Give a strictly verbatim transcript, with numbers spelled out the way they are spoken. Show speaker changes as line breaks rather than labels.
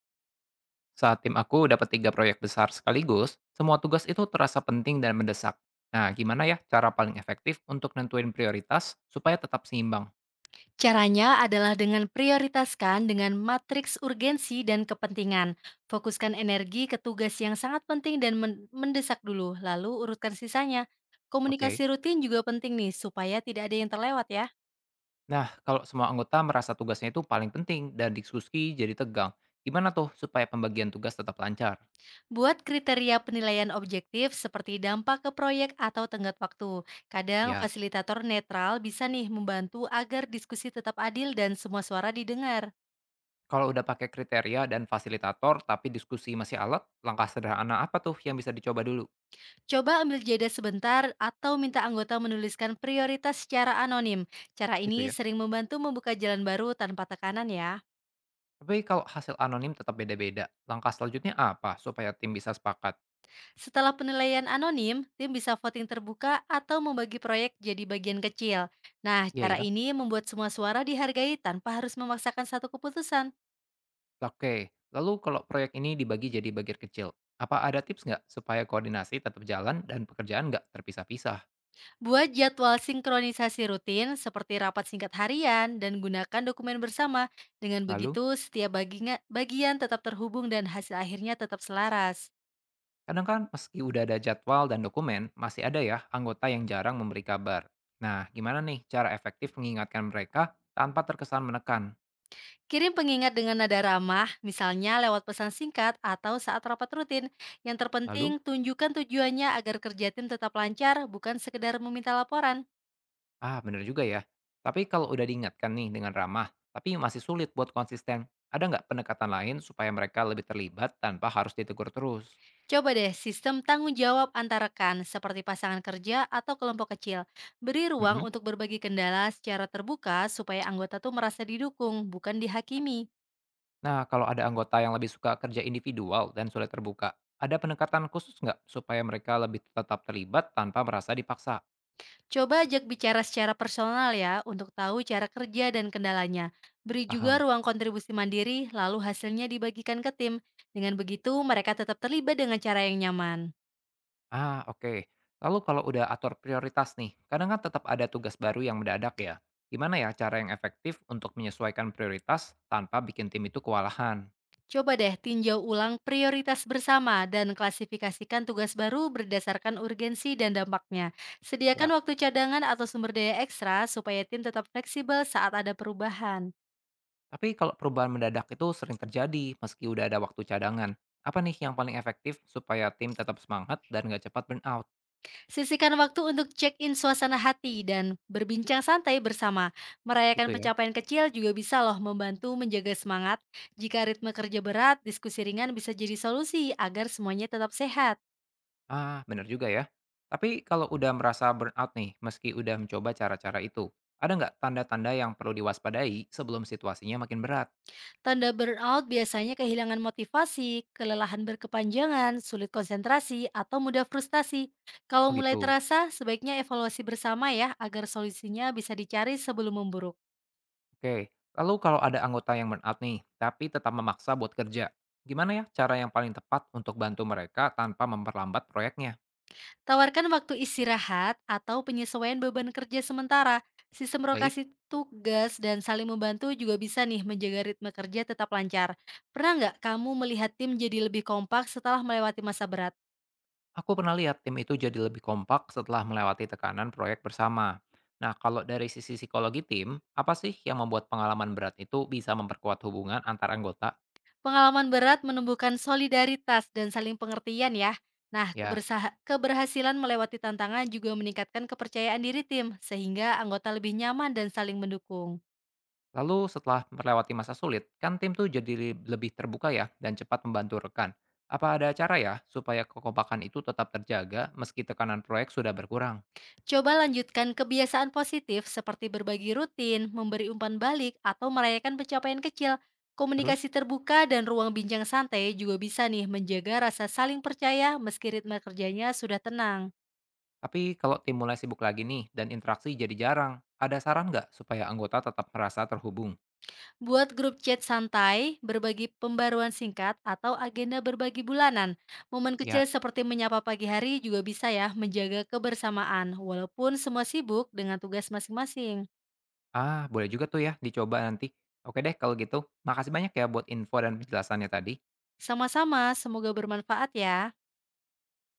Saat tim aku dapat tiga proyek besar sekaligus, semua tugas itu terasa penting dan mendesak. Nah, gimana ya cara paling efektif untuk nentuin prioritas supaya tetap seimbang?
Caranya adalah dengan prioritaskan dengan matriks urgensi dan kepentingan. Fokuskan energi ke tugas yang sangat penting dan men- mendesak dulu, lalu urutkan sisanya.
Oke.
Komunikasi rutin juga penting nih, supaya tidak ada yang terlewat ya.
Nah, kalau semua anggota merasa tugasnya itu paling penting dan diskusi jadi tegang, gimana tuh supaya pembagian tugas tetap lancar?
Buat kriteria penilaian objektif seperti dampak ke proyek atau tenggat waktu. Kadang
Ya.
fasilitator netral bisa nih membantu agar diskusi tetap adil dan semua suara didengar.
Kalau udah pakai kriteria dan fasilitator tapi diskusi masih alat, langkah sederhana apa tuh yang bisa dicoba dulu?
Coba ambil jeda sebentar atau minta anggota menuliskan prioritas secara anonim. Cara
Gitu
ini
ya.
sering membantu membuka jalan baru tanpa tekanan ya.
Tapi kalau hasil anonim tetap beda-beda, langkah selanjutnya apa supaya tim bisa sepakat?
Setelah penilaian anonim, tim bisa voting terbuka atau membagi proyek jadi bagian kecil. Nah,
Iya
cara
ya.
ini membuat semua suara dihargai tanpa harus memaksakan satu keputusan.
Oke, lalu kalau proyek ini dibagi jadi bagian kecil, apa ada tips nggak supaya koordinasi tetap jalan dan pekerjaan nggak terpisah-pisah?
Buat jadwal sinkronisasi rutin seperti rapat singkat harian dan gunakan dokumen bersama. Dengan
Lalu,
begitu, setiap baginga- bagian tetap terhubung dan hasil akhirnya tetap selaras.
kadang kan meski udah ada jadwal dan dokumen, masih ada ya anggota yang jarang memberi kabar. Nah, gimana nih cara efektif mengingatkan mereka tanpa terkesan menekan?
Kirim pengingat dengan nada ramah, misalnya lewat pesan singkat atau saat rapat rutin. Yang terpenting,
Lalu,
tunjukkan tujuannya agar kerja tim tetap lancar, bukan sekedar meminta laporan.
ah bener juga ya. Tapi kalau udah diingatkan nih dengan ramah, tapi masih sulit buat konsisten, ada nggak pendekatan lain supaya mereka lebih terlibat tanpa harus ditegur terus?
Coba deh sistem tanggung jawab antara rekan, seperti pasangan kerja atau kelompok kecil. Beri ruang
Mhm.
untuk berbagi kendala secara terbuka supaya anggota tuh merasa didukung, bukan dihakimi.
Nah, kalau ada anggota yang lebih suka kerja individual dan sulit terbuka, ada pendekatan khusus nggak supaya mereka lebih tetap terlibat tanpa merasa dipaksa?
Coba ajak bicara secara personal ya, untuk tahu cara kerja dan kendalanya. Beri juga
Paham?
ruang kontribusi mandiri, lalu hasilnya dibagikan ke tim. Dengan begitu, mereka tetap terlibat dengan cara yang nyaman.
Ah, oke. Lalu kalau udah atur prioritas nih, kadang kan tetap ada tugas baru yang mendadak ya. Gimana ya cara yang efektif untuk menyesuaikan prioritas tanpa bikin tim itu kewalahan?
Coba deh tinjau ulang prioritas bersama dan klasifikasikan tugas baru berdasarkan urgensi dan dampaknya.
Ya.
Sediakan waktu cadangan atau sumber daya ekstra supaya tim tetap fleksibel saat ada perubahan.
Tapi kalau perubahan mendadak itu sering terjadi meski udah ada waktu cadangan. Apa nih yang paling efektif supaya tim tetap semangat dan nggak cepat burn out?
Sisihkan waktu untuk check-in suasana hati dan berbincang santai bersama. Merayakan
Gitu ya.
pencapaian kecil juga bisa loh membantu menjaga semangat. Jika ritme kerja berat, diskusi ringan bisa jadi solusi agar semuanya tetap sehat.
Ah, bener juga ya. Tapi kalau udah merasa burnout nih, meski udah mencoba cara-cara itu, ada nggak tanda-tanda yang perlu diwaspadai sebelum situasinya makin berat?
Tanda burnout biasanya kehilangan motivasi, kelelahan berkepanjangan, sulit konsentrasi, atau mudah frustasi. Kalau
Oh
mulai
gitu.
terasa, sebaiknya evaluasi bersama ya agar solusinya bisa dicari sebelum memburuk.
Oke. Lalu kalau ada anggota yang burnout nih, tapi tetap memaksa buat kerja, gimana ya cara yang paling tepat untuk bantu mereka tanpa memperlambat proyeknya?
Tawarkan waktu istirahat atau penyesuaian beban kerja sementara. Sistem
Baik,
rotasi tugas dan saling membantu juga bisa nih menjaga ritme kerja tetap lancar. Pernah nggak kamu melihat tim jadi lebih kompak setelah melewati masa berat?
aku pernah lihat tim itu jadi lebih kompak setelah melewati tekanan proyek bersama. Nah, kalau dari sisi psikologi tim, apa sih yang membuat pengalaman berat itu bisa memperkuat hubungan antar anggota?
Pengalaman berat menumbuhkan solidaritas dan saling pengertian ya. Nah,
Ya,
kebersaha- keberhasilan melewati tantangan juga meningkatkan kepercayaan diri tim, sehingga anggota lebih nyaman dan saling mendukung.
lalu setelah melewati masa sulit, kan tim tuh jadi li- lebih terbuka ya dan cepat membantu rekan. Apa ada cara ya supaya kekompakan itu tetap terjaga meski tekanan proyek sudah berkurang?
Coba lanjutkan kebiasaan positif seperti berbagi rutin, memberi umpan balik, atau merayakan pencapaian kecil.
Terus,
Komunikasi terbuka dan ruang bincang santai juga bisa nih menjaga rasa saling percaya meski ritme kerjanya sudah tenang.
tapi kalau tim mulai sibuk lagi nih dan interaksi jadi jarang, ada saran nggak supaya anggota tetap merasa terhubung?
Buat grup chat santai, berbagi pembaruan singkat, atau agenda berbagi bulanan. Momen
Ya,
kecil seperti menyapa pagi hari juga bisa ya menjaga kebersamaan, walaupun semua sibuk dengan tugas masing-masing.
ah boleh juga tuh ya dicoba nanti. Oke deh kalau gitu, makasih banyak ya buat info dan penjelasannya tadi.
Sama-sama, semoga bermanfaat ya.